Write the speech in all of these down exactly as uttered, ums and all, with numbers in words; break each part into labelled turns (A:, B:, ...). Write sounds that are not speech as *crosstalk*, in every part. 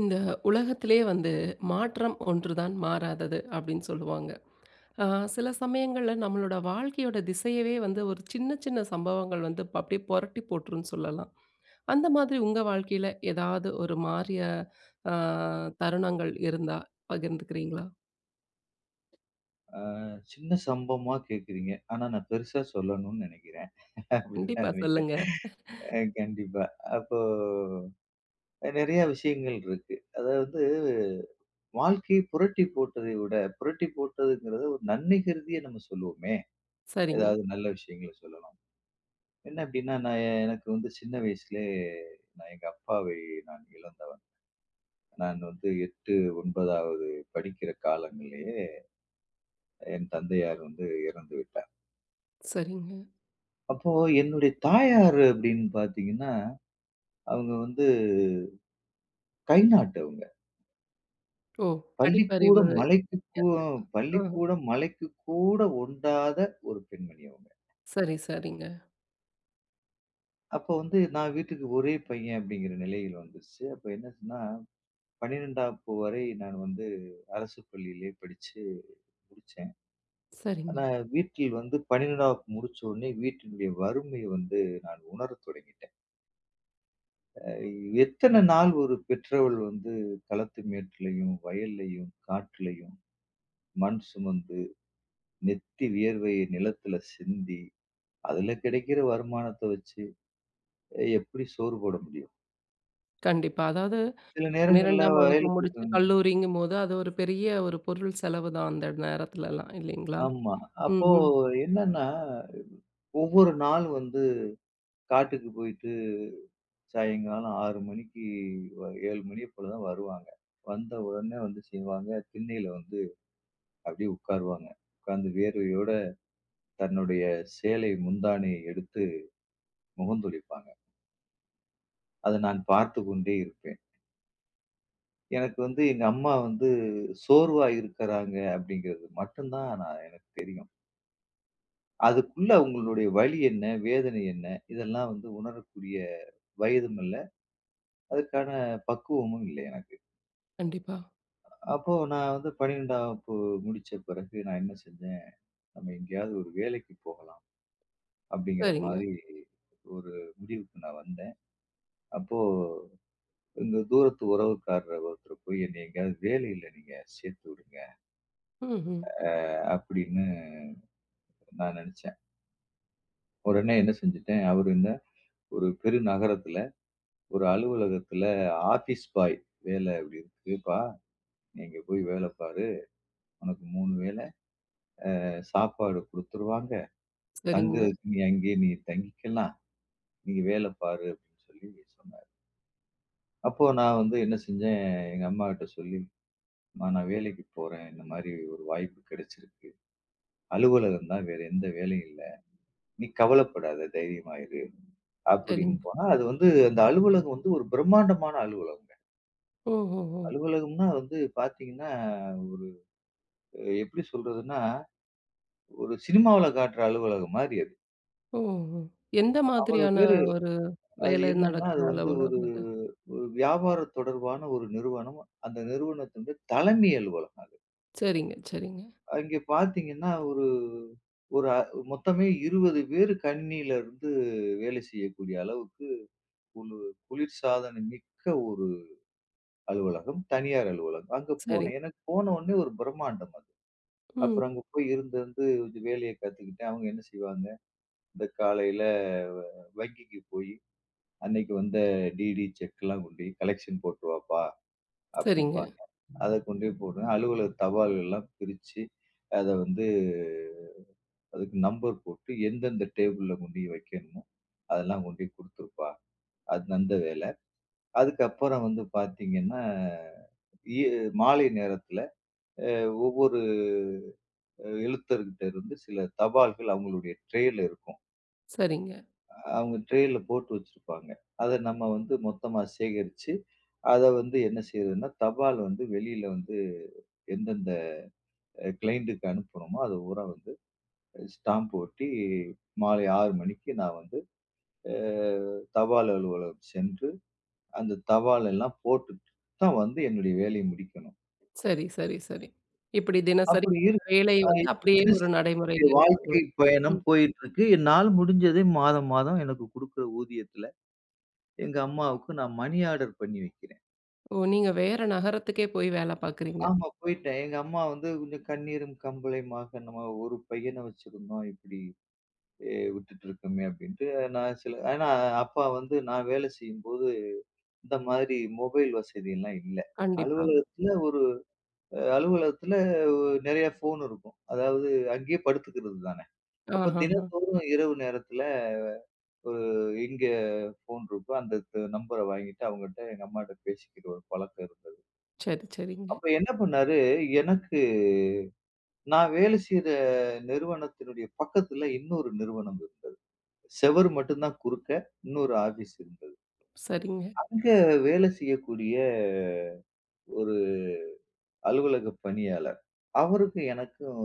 A: இந்த உலகத்திலே வந்து மாற்றம் ஒன்றுதான் மாறாதது அப்படின்னு சொல்லுவாங்க. ஆ சில சமயங்கள்ல நம்மளோட வாழ்க்கையோட திசையவே வந்து ஒரு சின்ன சின்ன சம்பவங்கள் வந்து ப அப்படியே புரட்டி போட்டுருன்னு சொல்லலாம். அந்த மாதிரி உங்க வாழ்க்கையில ஏதாவது ஒரு மாறிய ஆ தருணங்கள் இருந்தா பகிர்ந்துக்கிறீங்களா?
B: சின்ன சம்பவமா கேட்குறீங்க. ஆனா நான் பெருசா சொல்லணும்னு நெனைக்கிறேன். *laughs* அப்படிதான்
A: கண்டிப்பா
B: நெனைக்கிறேன்.
A: சொல்லுங்க.
B: அ கண்டிப்பா. அப்போ நெறைய விஷயங்கள் இருக்கு. அதாவது வாழ்க்கையை புரட்டி போட்டதை விட, புரட்டி போட்டதுங்கிறத ஒரு நன்மை கருதியே நம்ம சொல்லுவோமே!
A: சரிங்க,
B: ஏதாவது நல்ல விஷயங்கள சொல்லலாம். என்ன அப்படின்னா, நான் எ எனக்கு வந்து சின்ன வயசுலே நான் எங்க அப்பாவை நான் இழந்தவன். நான் வந்து எட்டு, ஒன்பதாவது படிக்கிற காலங்கள்லயே என் தந்தையார் வந்து இறந்து விட்டார்.
A: சரிங்க.
B: அப்போ என்னுடைய தாயார் அப்படின்னு பார்த்தீங்கன்னா அவங்க வந்து கை நாட்டு அவங்க.
A: ஓ! படிப்பறிவு.
B: பள்ளிக்கூடம் மலைக்கு கூ
A: அ.
B: பள்ளிக்கூடம் மலைக்கு கூட ஒண்டாத ஒரு பெண்மணி அவங்க.
A: சரி, சரிங்க.
B: அப்ப வந்து நான் வீட்டுக்கு ஒரே பையன் அப்படிங்கிற நிலையில வந்துருச்சு. அப்ப என்னாச்சுன்னா, பன்னிரெண்டாம் வரை நான் வந்து அரசு பள்ளியிலே படிச்சு முடிச்சேன்.
A: சரிங்க.
B: ஆனா வீட்டில் வந்து பன்னிரெண்டாம் முடிச்ச உடனே வீட்டினுடைய வறுமையை வந்து நான் உணரத் தொடங்கிட்டேன். அ எத்தன நாள் ஒரு பெற்றவள் வந்து களத்து மேட்டிலயும், வயல்லயும், காட்டுலயும் மண் சுமந்து நெத்தி வியர்வைய நிலத்துல சிந்தி, அதுல கிடைக்கிற வருமானத்த வச்சு எப்படி சோறு போட முடியும்?
A: கண்டிப்பா. அதாவது
B: சில நேரங்கள்ல
A: பன்னிரண்டாம் வகுப்பு
B: வயலுக்கு
A: முடிச்சு
B: ம்.
A: கல்லூரிங்கும்போது, அது ஒரு பெரிய ஒரு பொருள் செலவு தான் அந்த நேரத்துலலாம் இல்லைங்களா?
B: ஆமா. அப்போ
A: ம்ஹ்ம்.
B: என்னன்னா, ஒவ்வொரு நாள் வந்து காட்டுக்கு போயிட்டு சாயங்காலம் ஆறு மணிக்கு வ ஏழு மணிய போல தான் வருவாங்க. வந்த உடனே வந்து செய்வாங்க. திண்ணையில வந்து அப்படியே உட்காருவாங்க. உட்கார்ந்து வியர்வையோட தன்னுடைய சேலை முந்தானையை எடுத்து முகந்தொளிப்பாங்க. அத நான் பார்த்துக் கொண்டே இருப்பேன். எனக்கு வந்து எங்க அம்மா வந்து சோர்வா இருக்கிறாங்க அப்படிங்கிறது மட்டும்தான் நான் எனக்கு தெரியும். அதுக்குள்ள அவங்களுடைய வலி என்ன, வேதனை என்ன, இதெல்லாம் வந்து உணரக்கூடிய வயதும் இல்ல. அதுக்கான பக்குவமும் இல்லை எனக்கு.
A: கண்டிப்பா.
B: அப்போ நான் வந்து பன்னிரெண்டாம் வகுப்பு முடிச்ச பிறகு நான் என்ன செஞ்சேன், நம்ம எங்கேயாவது ஒரு வேலைக்கு போகலாம் அப்படிங்கிற
A: சரிங்க.
B: மாரி ஒரு முடிவுக்கு நான் வந்தேன். அப்போ எங்க தூரத்து உறவுக்காரர் ஒருத்தர் போய் என்னை எங்கேயாவது வேலையில நீங்க சேர்த்து விடுங்க
A: ம்ஹ்ம்.
B: அப்படின்னு நான் நெனச்சேன். உடனே என்ன செஞ்சுட்டேன், அவரு என்ன ஒரு பெருநகரத்துல, ஒரு அலுவலகத்துல ஆஃபீஸ் பாய் வேலை அப்படி இருக்குப்பா. நீ அங்க போய் வேலை பாரு. உனக்கு மூணு வேள சாப்பாடு குடுத்துருவாங்க.
A: சரிங்க,
B: தங்குறதுக்கு நீ அங்கேயே நீ தங்கிக்கலாம். நீ வேலை பாரு அப்படின்னு சொல்லி சொன்னாரு. அப்போ நான் வந்து என்ன செஞ்சேன், எங்க அம்மாகிட்ட சொல்லி, "அம்மா நான் வேலைக்கு போறேன். இந்த மாரி ஒரு வாய்ப்பு கிடைச்சிருக்கு. அலுவலகம் தான் வேற எந்த வேலையும் இல்ல. நீ கவலைப்படாத தைரியமா இரு"
A: சரிங்க.
B: அப்படின்னு போனா, அது வந்து அந்த அலுவலகம் வந்து ஒரு பிரம்மாண்டமான அலுவலகம்ங்க.
A: ஓஹோஹோ!
B: அலுவலகம்னா வந்து பார்த்தீங்கன்னா, ஒரு அஹ் எப்படி சொல்றதுன்னா, ஒரு சினிமாவுல காட்டுற அலுவலகம் மாரி அது.
A: ஓஹோ! எந்த
B: அவ்வளோ
A: மாதிரியான
B: பேரு
A: ஒரு
B: அது
A: வேலை
B: என்னன்னா, அது
A: நடக்கிற
B: வந்து ஒரு
A: அலுவலகம் அது?
B: ஒரு வியாபாரம் தொடர்பான ஒரு நிறுவனம். அந்த நிறுவனத்தினுடைய தலைமை அலுவலகம் அது.
A: சரிங்க, சரிங்க.
B: அங்கே பார்த்தீங்கன்னா, ஒரு ஒரு அ மொத்தமே இருபது பேரு கணினியில இருந்து வேலை செய்யக்கூடிய அளவுக்கு குளு குளிர்சாதன மிக்க ஒரு அலுவலகம். தனியார் அலுவலகம். அங்க
A: சரி.
B: போனேன். எனக்கு போன உடனே ஒரு பிரம்மாண்டம் அது.
A: ம்.
B: அப்புறம் அங்க போய் இருந்து இருந்து வேலைய கத்துக்கிட்டேன். அவங்க என்ன செய்வாங்க? இந்த காலையில வங்கிக்கு போயி, "அன்னைக்கு வந்த டிடி செக்லாம் கொண்டு போய் கலெக்ஷன் போட்டு வாப்பா"
A: சரிங்க,
B: அப்படிம்பாங்க. அத கொண்டு போய் போட்டு அலுவலக தபால்கள்லாம் பிரிச்சு, அத வந்து அதுக்கு நம்பர் போட்டு எந்தெந்த டேபிள்ல கொண்டு போய் வைக்கணுமோ, அதெல்லாம் கொண்டு போய் குடுத்துருப்பா. அது அந்த வேலை. அதுக்கப்புறம் வந்து பார்த்தீங்கன்னா, இ மாலை நேரத்துல ஒவ்வொரு அஹ், எழுத்தர்கிட்ட இருந்து சில தபால்கள் அவங்களுடைய ட்ரேல இருக்கும்.
A: சரிங்க.
B: அவங்க ட்ரேல போட்டு வச்சிருப்பாங்க. அத நம்ம வந்து மொத்தமா சேகரிச்சு, அத வந்து என்ன செய்றதுன்னா, தபால் வந்து வெளியில வந்து எந்தெந்த கிளையண்டுக்கு அனுப்புறோமோ, அது பூரா வந்து ஸ்டாம்ப் ஒட்டி மாலை ஆறு மணிக்கு நான் வந்து அ தபால் அலுவலகம் சென்று, அந்த தபால் எல்லாம் போட்டுட்டு தான் வந்து என்னுடைய வேலைய முடிக்கணும்.
A: சரி, சரி, சரி. இப்படி தினசரி
B: அப்படி இரு
A: வேலை
B: அ
A: வந்து
B: இப்படி
A: அப்படியே ஒரு
B: தினசரி என்னுடைய
A: நடைமுறையில இருக்கு
B: வாழ்க்கை
A: உங்களுக்கு.
B: பயணம்
A: ம்.
B: போயிட்டுருக்கு. என்னால் முடிஞ்சதை மாதம் மாதம் எனக்கு குடுக்குற ஊதியத்துல எங்க அம்மாவுக்கு நான் மணி ஆர்டர் பண்ணி வைக்கிறேன்.
A: ஓ! நீங்க வேற நகரத்துக்கே போய் வேலை பார்க்குறீங்க.
B: ஆமா போயிட்டேன். எங்க அம்மா வந்து கொஞ்சம் கண்ணீரும் கம்பளையுமாக நம்ம ஒரு பையன வச்சிருந்தோம். இப்படி எ விட்டுட்டு இருக்கோமே அப்படின்ட்டு நான் சில ஏன்னா அப்பா வந்து நான் வேலை செய்யும்போது இந்த மாதிரி மொபைல் வசதியெல்லாம் இல்ல.
A: கண்டிப்பா.
B: அலுவலகத்துல ஒரு அ அலுவலகத்துல நெறைய ஃபோன் இருக்கும். அதாவது அங்கேயே படுத்துக்கிறது தானே. அப்ப
A: ஆஹஹ.
B: தினந்தோறும் இரவு நேரத்துல ஒரு எங்க ஃபோன் இருக்கோ அந்த நம்பர வாங்கிட்டு அவங்கட்ட எங்க அம்மாட்ட பேசிக்கிற ஒரு பழக்கம் இருந்தது.
A: சரி, சரிங்க.
B: அப்ப என்ன பண்ணாரு எனக்கு நான் வேலை செய்ற நிறுவனத்தினுடைய பக்கத்துல இன்னொரு நிறுவனம் இருந்தது. செவுரு மட்டும் தான் குறுக்க இன்னொரு ஆபீஸ் இருந்தது.
A: சரிங்க.
B: அங்க வேலை செய்யக்கூடிய ஒரு அலுவலக பணியாளர். அவருக்கும் எனக்கும்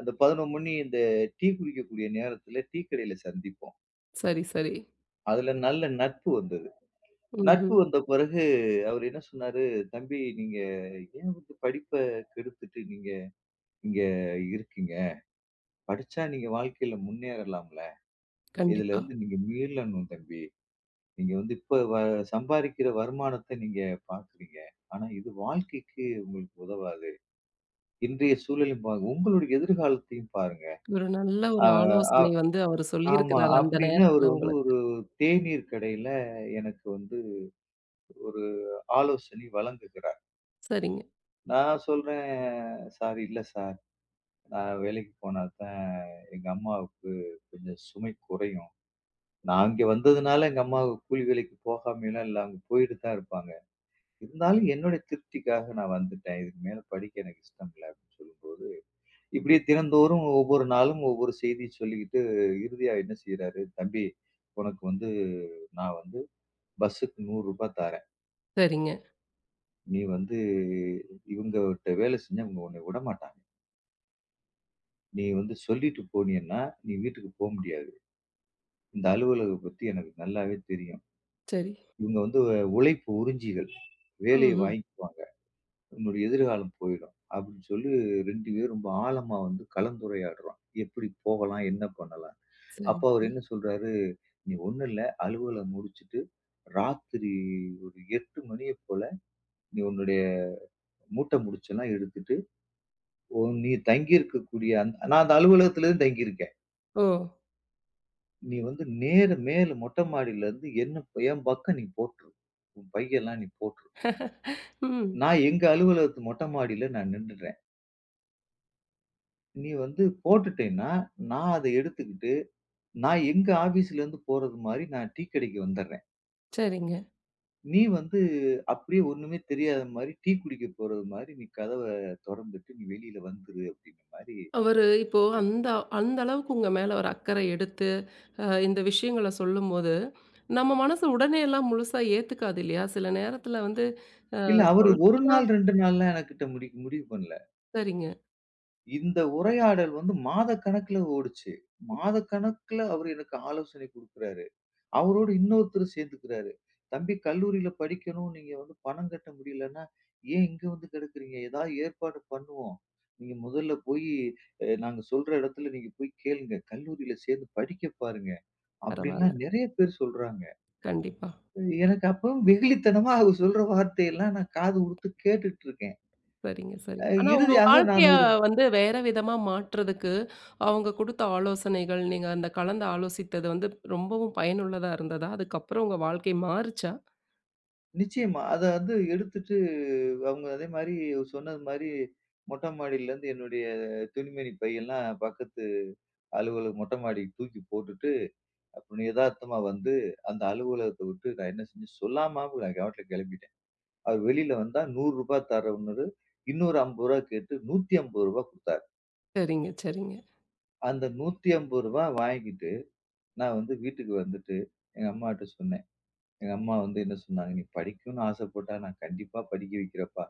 B: அந்த பதினொரு மணி இந்த டீ குடிக்கக்கூடிய நேரத்துல டீ கடையில சந்திப்போம்.
A: சரி, சரி.
B: அதுல நல்ல நட்பு வந்தது. நட்பு
A: ம்ஹ்ம்.
B: வந்த பிறகு அவரு என்ன சொன்னாரு, "தம்பி நீங்க ஏன் வந்து படிப்ப கெடுத்துட்டு நீங்க இங்க இருக்கீங்க? படிச்சா நீங்க வாழ்க்கையில முன்னேறலாம்ல. இதுல
A: கண்டிப்பா.
B: இருந்து நீங்க மீளணும் தம்பி." நீங்க வந்து இப்ப வ சம்பாரிக்கிற வருமானத்த நீங்க பாக்குறீங்க. ஆனா இது வாழ்க்கைக்கு உங்களுக்கு உதவாது. இன்றைய சூழலையும் பாருங்க. உங்களுடைய எதிர்காலத்தையும் பாருங்க.
A: ஒரு நல்ல
B: அ
A: ஒரு
B: அ
A: ஆலோசனை வந்து அவரு
B: ஆமா.
A: சொல்லியிருக்கிறாரு அந்த
B: அப்படின்னு அவரு
A: நேரத்துல
B: வந்து
A: உங்களுக்கு.
B: ஒரு தேநீர் கடையில எனக்கு வந்து ஒரு ஆலோசனை வழங்குகிறார்.
A: சரிங்க,
B: நான் சொல்றேன், "சார் இல்ல சார். நான் வேலைக்கு போனா தான் எங்க அம்மாவுக்கு கொஞ்சம் சுமை குறையும். நான் இங்க வந்ததுனால எங்க அம்மாவுக்கு கூலி வேலைக்கு போகாமைலாம் இல்ல. அவங்க போயிட்டு தான் இருப்பாங்க." இருந்தாலும் என்னுடைய திருப்திக்காக நான் வந்துட்டேன். இதுக்கு மேல படிக்க எனக்கு இஷ்டம் இல்ல அப்படின்னு சொல்லும்போது, இப்படியே தினந்தோறும் ஒவ்வொரு நாளும் ஒவ்வொரு செய்தி சொல்லிக்கிட்டு இறுதியா என்ன செய்றாரு, "தம்பி உனக்கு வந்து நான் வந்து பஸ்ஸுக்கு ரூ. நூறு தாரேன்.
A: சரிங்க.
B: நீ வந்து இவங்ககிட்ட வேலை செஞ்சா இவங்க உன்னை விடமாட்டாங்க. நீ வந்து சொல்லிட்டு போனீன்னா, நீ வீட்டுக்கு போ முடியாது. இந்த அலுவலகம் பத்தி எனக்கு நல்லாவே தெரியும்.
A: சரி.
B: இவங்க வந்து உழைப்பு உறிஞ்சிகள். வேலைய
A: ம்ஹ்ம்.
B: வாங்கிக்குவாங்க." நம்மளுடைய எதிர்காலம் போயிடும். அப்படின்னு சொல்லி ரெண்டு பேரும் ரொம்ப ஆழமா வந்து கலந்துரையாடுறோம். எப்படி போகலாம்? என்ன பண்ணலாம்?
A: சரி,
B: அப்ப அவரு
A: சரி.
B: என்ன சொல்றாரு, "நீ ஒண்ணும் இல்ல. அலுவல முடிச்சுட்டு ராத்திரி ஒரு எட்டு மணிய போல நீ உன்னுடைய மூட்டை முடிச்செல்லாம் எடுத்துட்டு, உன் நீ தங்கியிருக்கக்கூடிய அந் நான் அந்த அலுவலகத்தில தான் தங்கியிருக்கேன்.
A: ஓ!
B: நீ வந்து நேர மேல மொட்டை மாடியிலருந்து என்ன ப- என் பக்கம் நீ போட்டுரு. உன் பையெல்லாம் நீ போட்டுரு.
A: *laughs* ம்.
B: நான் எங்க அலுவலகத்து மொட்டை மாடியில நான் நின்னுடுறேன். நீ வந்து போட்டுட்டேன்னா, நான் அத எடுத்துக்கிட்டு" நான் எங்க ஆபீஸ்ல இருந்து போறது மாரி நான் டீ கடைக்கு வந்துடுறேன்.
A: சரிங்க.
B: நீ வந்து அப்படியே ஒண்ணுமே தெரியாத மாரி டீ குடிக்க போறது மாரி நீ கதவ தொறந்துட்டு நீ வெளியில வந்துரு அப்படின்ற மாரி
A: அவரு இப்போ அந்த அந்த அளவுக்கு உங்க மேல ஒரு அக்கறை எடுத்து, அ இந்த விஷயங்கள சொல்லும்போது, நம்ம மனசு உடனே எல்லாம் முழுசா ஏத்துக்காது இல்லையா? சில நேரத்துல வந்து அ
B: இல்ல அவரு ஒரு நாள்
A: சொல்றதெல்லாம்
B: ரெண்டு நாள்லாம் எனக்கிட்ட முடிவு முடிவு பண்ணல.
A: சரிங்க.
B: இந்த உரையாடல் வந்து மாதக்கணக்குல ஓடுச்சு. மாதக்கணக்குல அவரு எனக்கு ஆலோசனை குடுக்குறாரு. அவரோடு இன்னொருத்தர் சேர்ந்துக்கிறாரு. "தம்பி கல்லூரியில படிக்கணும். நீங்க வந்து பணம் கட்ட முடியலன்னா, ஏன் இங்க வந்து கிடக்குறீங்க? ஏதாவது ஏற்பாடு பண்ணுவோம். நீங்க முதல்ல போயி அ நாங்க சொல்ற இடத்துல நீங்க போய் கேளுங்க. கல்லூரியில சேர்ந்து படிக்க பாருங்க."
A: பரவால்ல.
B: அப்படின்லாம் நெறைய பேர் சொல்றாங்க.
A: கண்டிப்பா.
B: எனக்கு அப்பவும் வெகுளித்தனமா அவர் சொல்ற வார்த்தையெல்லாம் நான் காது குடுத்து கேட்டுட்டு இருக்கேன்.
A: சரிங்க,
B: அ
A: சரிங்க. ஆனா உங்க
B: இறுதியாக
A: வாழ்க்கைய
B: நான் ஒரு
A: வந்து வேற விதமா மாற்றுறதுக்கு, அவங்க குடுத்த ஆலோசனைகள், நீங்க அந்த கலந்து ஆலோசித்தது வந்து ரொம்பவும் பயனுள்ளதா இருந்ததா? அதுக்கப்புறம் உங்க வாழ்க்கை மாறுச்சா?
B: நிச்சயமா. அத வந்து எடுத்துட்டு அவங்க அதே மாரி சொன்னது மாரி மொட்ட மாடியிலருந்து என்னுடைய துணிமணி பையெல்லாம் பக்கத்து அலுவலக மொட்டை மாடிக்கு தூக்கி போட்டுட்டு, அப்புறம் எதார்த்தமா வந்து அந்த அலுவலகத்த விட்டு நான் என்ன செஞ்சேன், சொல்லாம நான் பாட்டுல கெளம்பிட்டேன். அவரு வெளியில வந்தா ரூ. நூறு தரவன்னரு, இன்னொரு ரூ. ஐம்பது கேட்டு ரூ. நூத்தி ஐம்பது குடுத்தாரு.
A: சரிங்க, சரிங்க.
B: அந்த ரூ. நூத்தி ஐம்பது வாங்கிட்டு, நான் வந்து வீட்டுக்கு வந்துட்டு, எங்க அம்மாட்ட சொன்னேன். எங்க அம்மா வந்து என்ன சொன்னாங்க, "நீ படிக்கணும்னு ஆசைப்பட்டா, நான் கண்டிப்பா படிக்க வைக்கிறேன்ப்பா.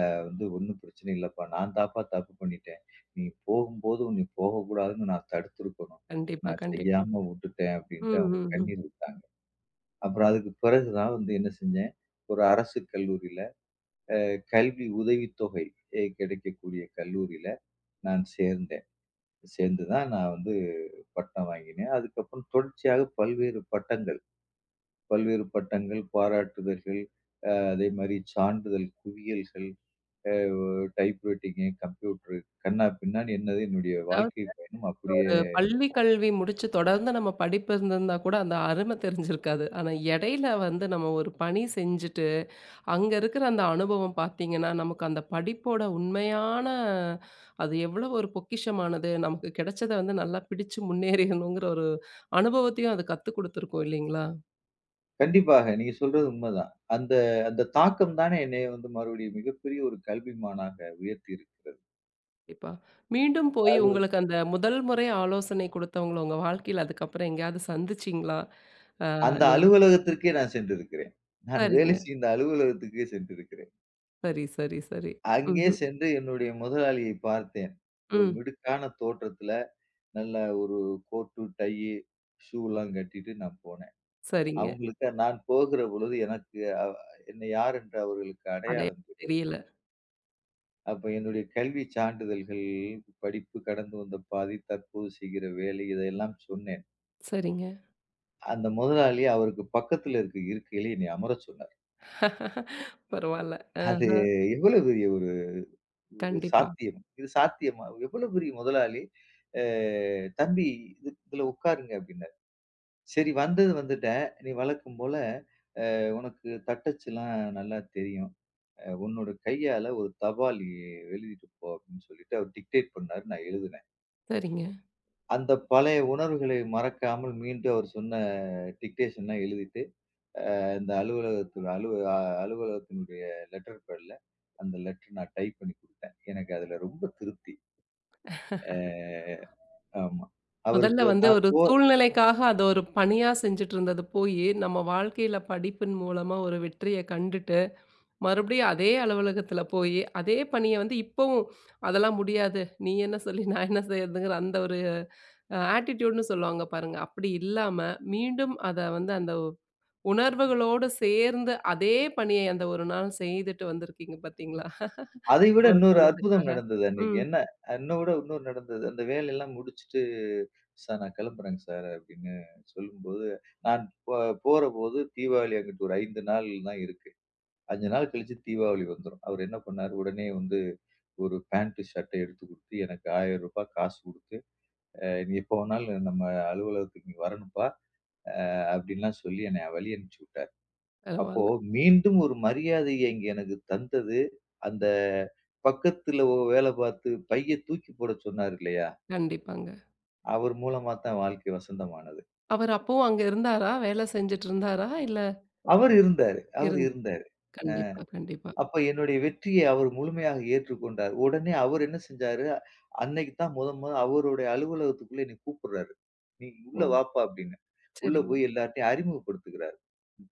B: அது வந்து ஒண்ணும் பிரச்சனை இல்லப்பா. நான் தான்ப்பா தப்பு பண்ணிட்டேன். நீ போகும்போது உன்னை போகக்கூடாதுன்னு நான் தடுத்திருக்கணும்.
A: கண்டிப்பா,
B: நான்
A: கண்டிப்பா.
B: செய்யாம வுட்டுட்டேன்"
A: ம்,
B: அப்படின்ட்டு அவங்க
A: ம், ம்.
B: கண்ணீர் விட்டாங்க. அப்புறம் அதுக்கு பிறகு தான் வந்து என்ன செஞ்சேன், ஒரு அரசு கல்லூரியில கல்வி உதவித்தொகை எ கிடைக்கக்கூடிய கல்லூரியில நான் சேர்ந்தேன். சேர்ந்து தான் நான் வந்து பட்டம் வாங்கினேன். அதுக்கப்புறம் தொடர்ச்சியாக பல்வேறு பட்டங்கள், பல்வேறு பட்டங்கள், பாராட்டுதல்கள், அதே மாரி சான்றிதழ் குவியல்கள், அ டைப்ரைட்டிங்கு, கம்ப்யூட்டரு கன்னா பின்னான்னு என்னது என்னுடைய
A: அதாவது
B: வாழ்க்கை பயணம் அப்படியே
A: ஒரு பள்ளி கல்வி முடிச்சு தொடர்ந்து நம்ம படிப்பு இருந்திருந்தா கூட அந்த அருமை தெரிஞ்சிருக்காது. ஆனா இடையில வந்து நம்ம ஒரு பணி செஞ்சுட்டு அங்க இருக்கிற அந்த அனுபவம் பார்த்தீங்கன்னா, நமக்கு அந்த படிப்போட உண்மையான அது எவ்வளவு ஒரு பொக்கிஷமானது. நமக்கு கிடைச்சத வந்து நல்லா பிடிச்சு முன்னேறியணுங்கிற ஒரு அனுபவத்தையும் அது கத்துக் குடுத்துருக்கும் இல்லைங்களா?
B: கண்டிப்பாக நீங்க சொல்றது உண்மதான். அந்த அந்த தாக்கம் தானே என்னைய வந்து மறுபடியும் மிகப்பெரிய ஒரு கல்விமானாக உயர்த்தி இருக்கிறது.
A: கண்டிப்பா. மீண்டும் போய்
B: அது
A: உங்களுக்கு அந்த முதல் முறை ஆலோசனை குடுத்தவங்கள உங்க வாழ்க்கையில அதுக்கப்புறம் எங்கேயாவது சந்திச்சீங்களா? அ
B: அந்த
A: நீங்க
B: அலுவலகத்திற்கே நான் சென்றிருக்கிறேன். நான் வேலை
A: சரிங்க.
B: செய்த அலுவலகத்துக்கே சென்றிருக்கிறேன்.
A: சரி, சரி, சரி.
B: அங்கே
A: ம்ஹ்ம்.
B: சென்று என்னுடைய முதலாளியை பார்த்தேன். ஒரு
A: ம்.
B: மிடுக்கான தோற்றத்துல, நல்ல ஒரு கோட்டு, டையி, ஷூலாம் கட்டிட்டு நான் போனேன்.
A: சரிங்க.
B: அவங்களுக்கு நான் போகிற பொழுது எனக்கு அ என்னை யார் என்று அவர்களுக்கு
A: அடையாளம்
B: அடையாளம் தெரியவில்லை.
A: தெரியல.
B: அப்ப என்னுடைய கல்வி சான்றிதழ்கள், படிப்பு கடந்து வந்த பாதை, தற்போது செய்கிற வேலை இதையெல்லாம் சொன்னேன்.
A: சரிங்க.
B: அந்த முதலாளி அவருக்கு பக்கத்துல இருக்க இருக்கையில என்னை அமரச் சொன்னார்.
A: *laughs* பரவால்ல.
B: அது
A: ஆஹ.
B: எவ்வளவு பெரிய ஒரு ஒரு
A: கண்டிப்பா.
B: சாத்தியம். இது சாத்தியமா? எவ்வளோ பெரிய முதலாளி, அ "தம்பி இது இதுல உட்காருங்க" அப்படின்னாரு. சரி வந்தது வந்துட்டேன். நீ வழக்கம் போல அஹ், உனக்கு தட்டச்சுலாம் நல்லா தெரியும். அ உன்னோட கையால ஒரு தபால் எ எழுதிட்டு போ அப்படின்னு சொல்லிட்டு அவர் டிக்டேட் பண்ணாரு. நான் எழுதினேன்.
A: சரிங்க.
B: அந்த பழைய உணர்வுகளை மறக்காமல் மீண்டும் அவர் சொன்ன டிக்டேஷன்லாம் எழுதிட்டு, அந்த அலுவலகத்து அலுவ அ அலுவலகத்தினுடைய லெட்டர் பேட்ல அந்த லெட்டர் நான் டைப் பண்ணி குடுத்தேன். எனக்கு அதுல ரொம்ப திருப்தி. அ ஆமா.
A: முதல்ல
B: அவருக்கு
A: வந்து
B: நான்
A: ஒரு
B: போ
A: சூழ்நிலைக்காக அத ஒரு பணியா செஞ்சுட்டு இருந்தது போயி, நம்ம வாழ்க்கையில படிப்பின் மூலமா ஒரு வெற்றிய கண்டுட்டு, மறுபடியும் அதே அலுவலகத்துல போயி, அதே பணிய வந்து இப்பவும் அதெல்லாம் முடியாது. நீ என்ன சொல்லி நான் என்ன செய்றதுங்கிற அந்த ஒரு அ ஆட்டிட்யூட்ன்னு சொல்லுவாங்க பாருங்க. அப்படி இல்லாம, மீண்டும் அத வந்து அந்த உணர்வுகளோடு சேர்ந்து அதே பணிய அந்த ஒரு நாள் செய்துட்டு வந்திருக்கீங்க பார்த்தீங்களா?
B: அதை விட
A: அவரு
B: இன்னொரு அற்புதம்
A: சொன்னதுக்காக.
B: நடந்தது அன்னைக்கு.
A: ம்.
B: என்ன என்ன விட இன்னொரு நடந்தது. அந்த வேலையெல்லாம் முடிச்சுட்டு, "சார் நான் கிளம்புறேங்க சார்" அப்படின்னு சொல்லும்போது, நான் போ போறபோது தீபாவளி அங்கிட்டு ஒரு அஞ்சு நாள் தான் இருக்கு. அஞ்சு நாள் கழிச்சு தீபாவளி வந்துரும். அவர் என்ன பண்ணாரு, உடனே வந்து ஒரு பேண்ட், ஷர்ட்ட எடுத்து குடுத்து, எனக்கு ரூ. ஆயிரம் காசு குடுத்து, "நீ எப்ப வேணாலும் நம்ம அலுவலகத்துக்கு நீ வரணும்ப்பா" அப்படின்லாம் சொல்லி என்னைய வழி அனுப்பிச்சு விட்டாரு. அப்போ
A: பரவால்ல.
B: மீண்டும் ஒரு மரியாதைய இங்க எனக்கு தந்தது, அந்த பக்கத்துல ஒ வேல பார்த்து பைய தூக்கி போட சொன்னாரு இல்லையா?
A: கண்டிப்பாங்க.
B: அவர் மூலமா தான் வாழ்க்கை வசந்தமானது.
A: அவர் அப்பவும் அங்க இருந்தாரா? வேலை செஞ்சுட்டு இருந்தாரா? இல்ல
B: அவர் இருந்தாரு அவர்
A: இருந்து
B: இருந்தாரு.
A: கண்டிப்பா, கண்டிப்பா.
B: அப்ப என்னுடைய வெற்றிய அவர் முழுமையாக ஏற்றுக்கொண்டார். உடனே அவர் என்ன செஞ்சாரு, அன்னைக்கு தான் முதல் முத அவருடைய அலுவலகத்துக்குள்ள என்னை கூப்பிடுறாரு. "நீ உள்ள
A: ஓ!
B: வாப்பா" அப்படின்னு. உள்ள
A: சரிங்க.
B: போய் எல்லார்ட்டயும் அறிமுகப்படுத்துகிறாரு.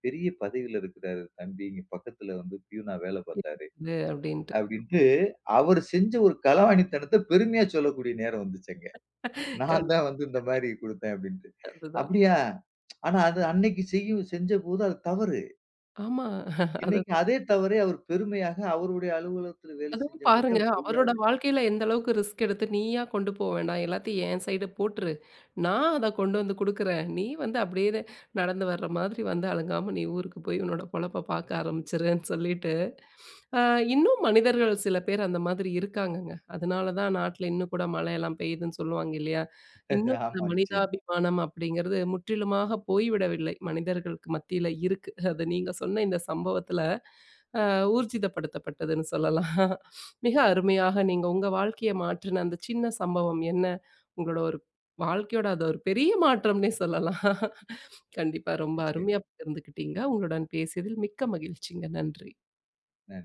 B: "பெரிய பதவியில இருக்கிறாரு தம்பி. இங்க பக்கத்துல வந்து பியூனா வேல பார்த்தாரு"
A: இருந்தது அப்படின்ட்டு.
B: அப்படின்னு அவரு செஞ்ச ஒரு களவாணித்தனத்த பெருமையா சொல்லக்கூடிய நேரம் வந்துச்சுங்க. நான்
A: கண்டிப்பா
B: தான் வந்து இந்த மாரி குடுத்தேன் அப்டின்ட்டு.
A: அதுதான் அது.
B: "அப்டியா?" ஆனா அது அன்னைக்கு செய்யும் செஞ்சபோது அது தவறு.
A: ஆமா. அது
B: இன்னைக்கு அதே தவறை அவர் பெருமையாக அவருடைய அலுவலகத்துல வேலை
A: அதுவும்
B: செஞ்சவங்ககிட்ட
A: பாருங்க,
B: அவர்
A: அவரோட
B: சொல்றாரு.
A: வாழ்க்கையில எந்த அளவுக்கு ரிஸ்க் எடுத்து, "நீயா கொண்டு போ வேண்டாம். எல்லாத்தையும் என் சைடு போட்டுரு. நான் அத கொண்டு வந்து குடுக்குறேன். நீ வந்து அப்படியே நடந்து வர்ற மாதிரி வந்து அலங்காம நீ ஊருக்கு போய் உன்னோட பொழப்ப பார்க்க ஆரம்பிச்சுருன்னு" சொல்லிட்டு அ இன்னும் மனிதர்கள் சில பேர் அந்த மாதிரி இருக்காங்கங்க. அதனால தான் நாட்ல இன்னும் கூட மழையெல்லாம் பெய்யுதுன்னு சொல்லுவாங்க இல்லையா?
B: *laughs*
A: இன்னும் அந்த
B: ஆமா நிச்சயமா,
A: மனிதாபிமானம் அப்படிங்கிறது முற்றிலுமாக போய்விடவில்லை. மனிதர்களுக்கு மத்தியில இருக்கு. அது நீங்க சொன்ன இந்த சம்பவத்துல அ ஊர்ஜிதப்படுத்தப்பட்டதுன்னு சொல்லலாம். மிக அருமையாக நீங்க உங்க வாழ்க்கைய மாற்றின அந்த சின்ன சம்பவம் என்ன? உங்களோட ஒரு வாழ்க்கையோட அது ஒரு பெரிய மாற்றம்னே சொல்லலாம். கண்டிப்பா ரொம்ப அருமையா
B: நிச்சயமா.
A: பகிர்ந்துக்கிட்டீங்க. உங்களுடன் பேசியதில் மிக்க மகிழ்ச்சிங்க. நன்றி.
B: அ.